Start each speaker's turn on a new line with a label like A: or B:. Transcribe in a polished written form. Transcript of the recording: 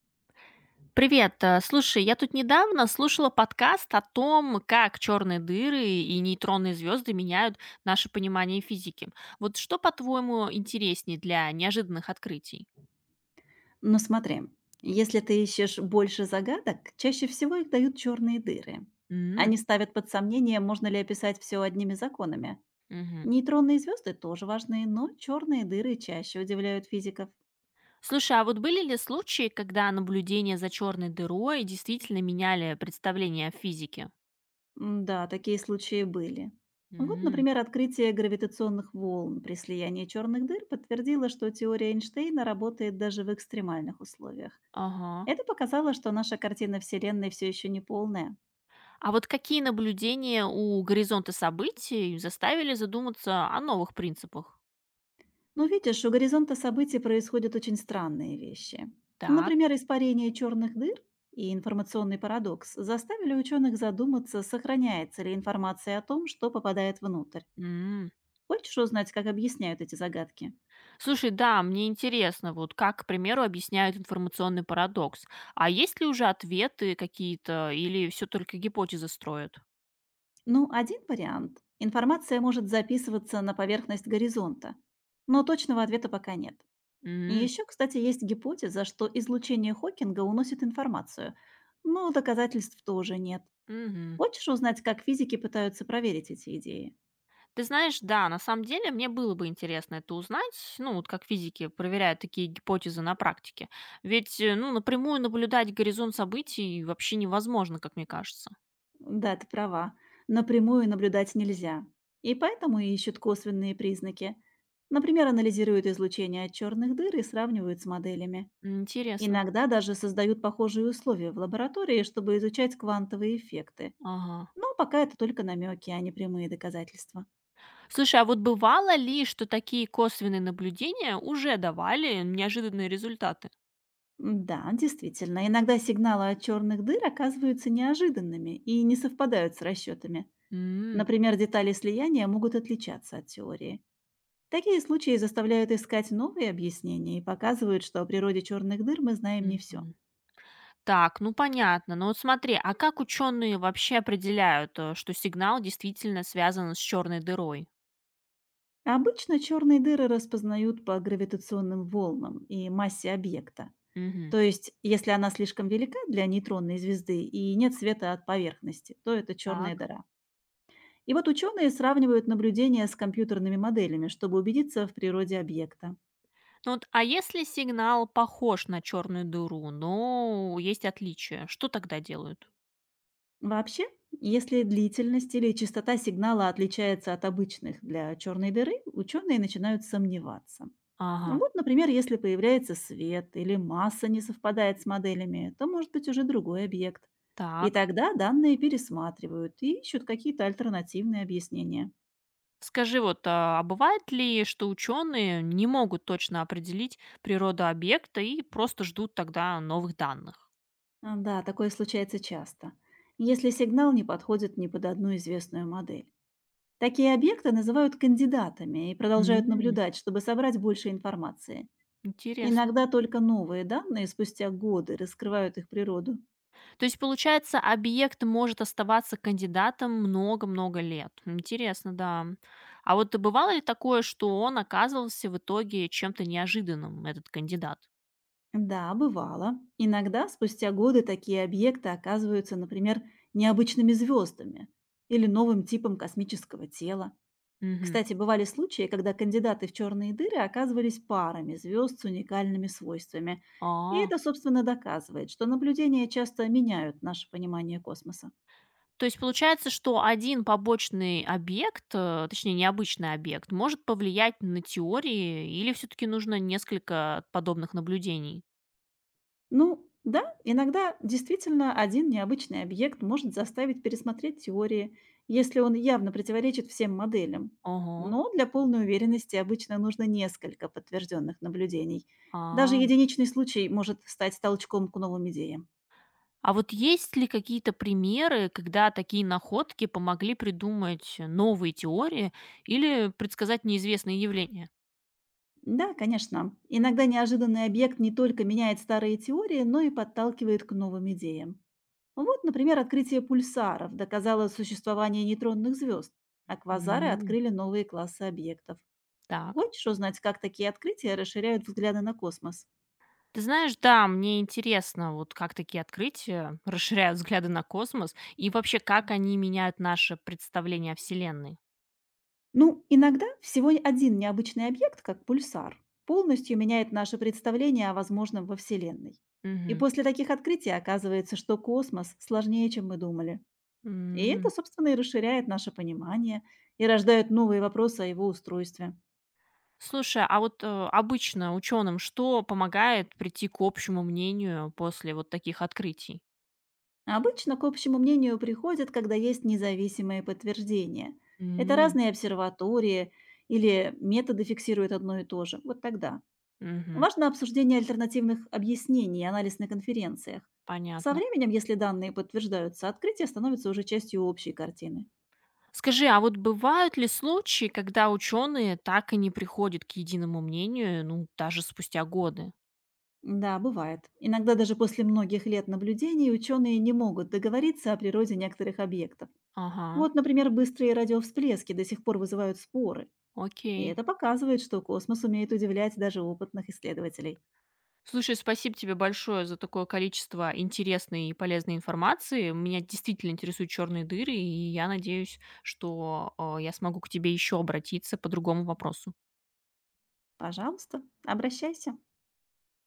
A: Привет. Слушай, я тут недавно слушала подкаст о том, как черные дыры и нейтронные звезды меняют наше понимание физики. Вот что, по-твоему, интереснее для неожиданных открытий?
B: Но смотри, если ты ищешь больше загадок, чаще всего их дают черные дыры.
A: М,
B: Они ставят под сомнение, можно ли описать все одними законами.
A: мгм.
B: Нейтронные звезды тоже важны, но черные дыры чаще удивляют физиков.
A: Слушай, а вот были ли случаи, когда наблюдения за черной дырой действительно меняли представление о физике?
B: Да, такие случаи были. Вот,
A: М,
B: например, открытие гравитационных волн при слиянии черных дыр подтвердило, что теория Эйнштейна работает даже в экстремальных условиях.
A: ага.
B: Это показало, что наша картина Вселенной все еще не полная.
A: А вот какие наблюдения у горизонта событий заставили задуматься о новых принципах?
B: Но видишь, у горизонта событий происходят очень странные вещи.
A: Так.
B: Например, испарение черных дыр и информационный парадокс заставили ученых задуматься, сохраняется ли информация о том, что попадает внутрь. Хочешь узнать, как объясняют эти загадки?
A: Слушай, да, мне интересно, вот как, к примеру, объясняют информационный парадокс. А есть ли уже ответы какие-то, или все только гипотезы строят?
B: Ну, один вариант. Информация может записываться на поверхность горизонта, но точного ответа пока нет. И
A: М,
B: еще, кстати, есть гипотеза, что излучение Хокинга уносит информацию, но доказательств тоже нет.
A: мгм.
B: Хочешь узнать, как физики пытаются проверить эти идеи?
A: Ты знаешь, да, на самом деле мне было бы интересно это узнать, ну, вот как физики проверяют такие гипотезы на практике. Ведь, ну, напрямую наблюдать горизонт событий вообще невозможно, как мне кажется.
B: Да, ты права. Напрямую наблюдать нельзя. И поэтому и ищут косвенные признаки. Например, анализируют излучение от черных дыр и сравнивают с моделями.
A: Интересно.
B: Иногда даже создают похожие условия в лаборатории, чтобы изучать квантовые эффекты.
A: Ага.
B: Но пока это только намеки, а не прямые доказательства.
A: Слушай, а вот бывало ли, что такие косвенные наблюдения уже давали неожиданные результаты?
B: Да, действительно, иногда сигналы от черных дыр оказываются неожиданными и не совпадают с расчетами.
A: М.
B: Например, детали слияния могут отличаться от теории. Такие случаи заставляют искать новые объяснения и показывают, что о природе черных дыр мы знаем не все.
A: Мгм. Так, ну понятно. Но вот смотри, а как ученые вообще определяют, что сигнал действительно связан с черной дырой?
B: Обычно черные дыры распознают по гравитационным волнам и массе объекта.
A: Мгм.
B: То есть, если она слишком велика для нейтронной звезды и нет света от поверхности, то это
A: Так.
B: черная дыра. И вот ученые сравнивают наблюдения с компьютерными моделями, чтобы убедиться в природе объекта.
A: Ну вот, а если сигнал похож на черную дыру, но есть отличия, что тогда делают?
B: Вообще, если длительность или частота сигнала отличается от обычных для черной дыры, ученые начинают сомневаться.
A: Ага,
B: Вот, например, если появляется свет или масса не совпадает с моделями, то может быть уже другой объект. И
A: так.
B: тогда данные пересматривают и ищут какие-то альтернативные объяснения.
A: Скажи, вот, а бывает ли, что ученые не могут точно определить природу объекта и просто ждут тогда новых данных?
B: Да, такое случается часто, если сигнал не подходит ни под одну известную модель. Такие объекты называют кандидатами и продолжают
A: М,
B: наблюдать, чтобы собрать больше информации.
A: интересно.
B: Иногда только новые данные спустя годы раскрывают их природу.
A: То есть, получается, объект может оставаться кандидатом много-много лет. Интересно, да. А вот бывало ли такое, что он оказывался в итоге чем-то неожиданным, этот кандидат?
B: Да, бывало. Иногда спустя годы такие объекты оказываются, например, необычными звездами или новым типом космического тела.
A: Мгм.
B: Кстати, бывали случаи, когда кандидаты в черные дыры оказывались парами звезд с уникальными свойствами. И
A: А,
B: это, собственно, доказывает, что наблюдения часто меняют наше понимание космоса.
A: то есть получается, что один побочный объект, точнее необычный объект, может повлиять на теории или все-таки нужно несколько подобных наблюдений?
B: Ну, да, иногда действительно один необычный объект может заставить пересмотреть теории, если он явно противоречит всем моделям.
A: Ого.
B: Но для полной уверенности обычно нужно несколько подтвержденных наблюдений. Даже
A: А.
B: единичный случай может стать толчком к новым идеям.
A: А вот есть ли какие-то примеры, когда такие находки помогли придумать новые теории или предсказать неизвестные явления?
B: Да, конечно. Иногда неожиданный объект не только меняет старые теории, но и подталкивает к новым идеям. Вот, например, открытие пульсаров доказало существование нейтронных звезд, а квазары
A: М,
B: открыли новые классы объектов.
A: так.
B: Хочешь узнать, как такие открытия расширяют взгляды на космос?
A: Ты знаешь, да, мне интересно, вот как такие открытия расширяют взгляды на космос и вообще как они меняют наше представление о Вселенной.
B: Ну, иногда всего один необычный объект, как пульсар, полностью меняет наше представление о возможном во Вселенной. И
A: Мгм.
B: после таких открытий оказывается, что космос сложнее, чем мы думали. И это,
A: М.
B: собственно, и расширяет наше понимание и рождает новые вопросы о его устройстве.
A: Слушай, а вот обычно ученым что помогает прийти к общему мнению после вот таких открытий?
B: Обычно к общему мнению приходят, когда есть независимые подтверждения. Это
A: М,
B: разные обсерватории или методы фиксируют одно и то же. Вот тогда.
A: мгм.
B: Важно обсуждение альтернативных объяснений и анализ на конференциях. Со
A: Понятно.
B: временем, если данные подтверждаются, открытие становится уже частью общей картины.
A: Скажи, а вот бывают ли случаи, когда ученые так и не приходят к единому мнению, ну, даже спустя годы?
B: Да, бывает. Иногда даже после многих лет наблюдений ученые не могут договориться о природе некоторых объектов. Вот,
A: Ага,
B: например, быстрые радиовсплески до сих пор вызывают споры. И
A: окей.
B: это показывает, что космос умеет удивлять даже опытных исследователей.
A: Слушай, спасибо тебе большое за такое количество интересной и полезной информации. Меня действительно интересуют черные дыры, и я надеюсь, что я смогу к тебе еще обратиться по другому вопросу.
B: Пожалуйста, обращайся.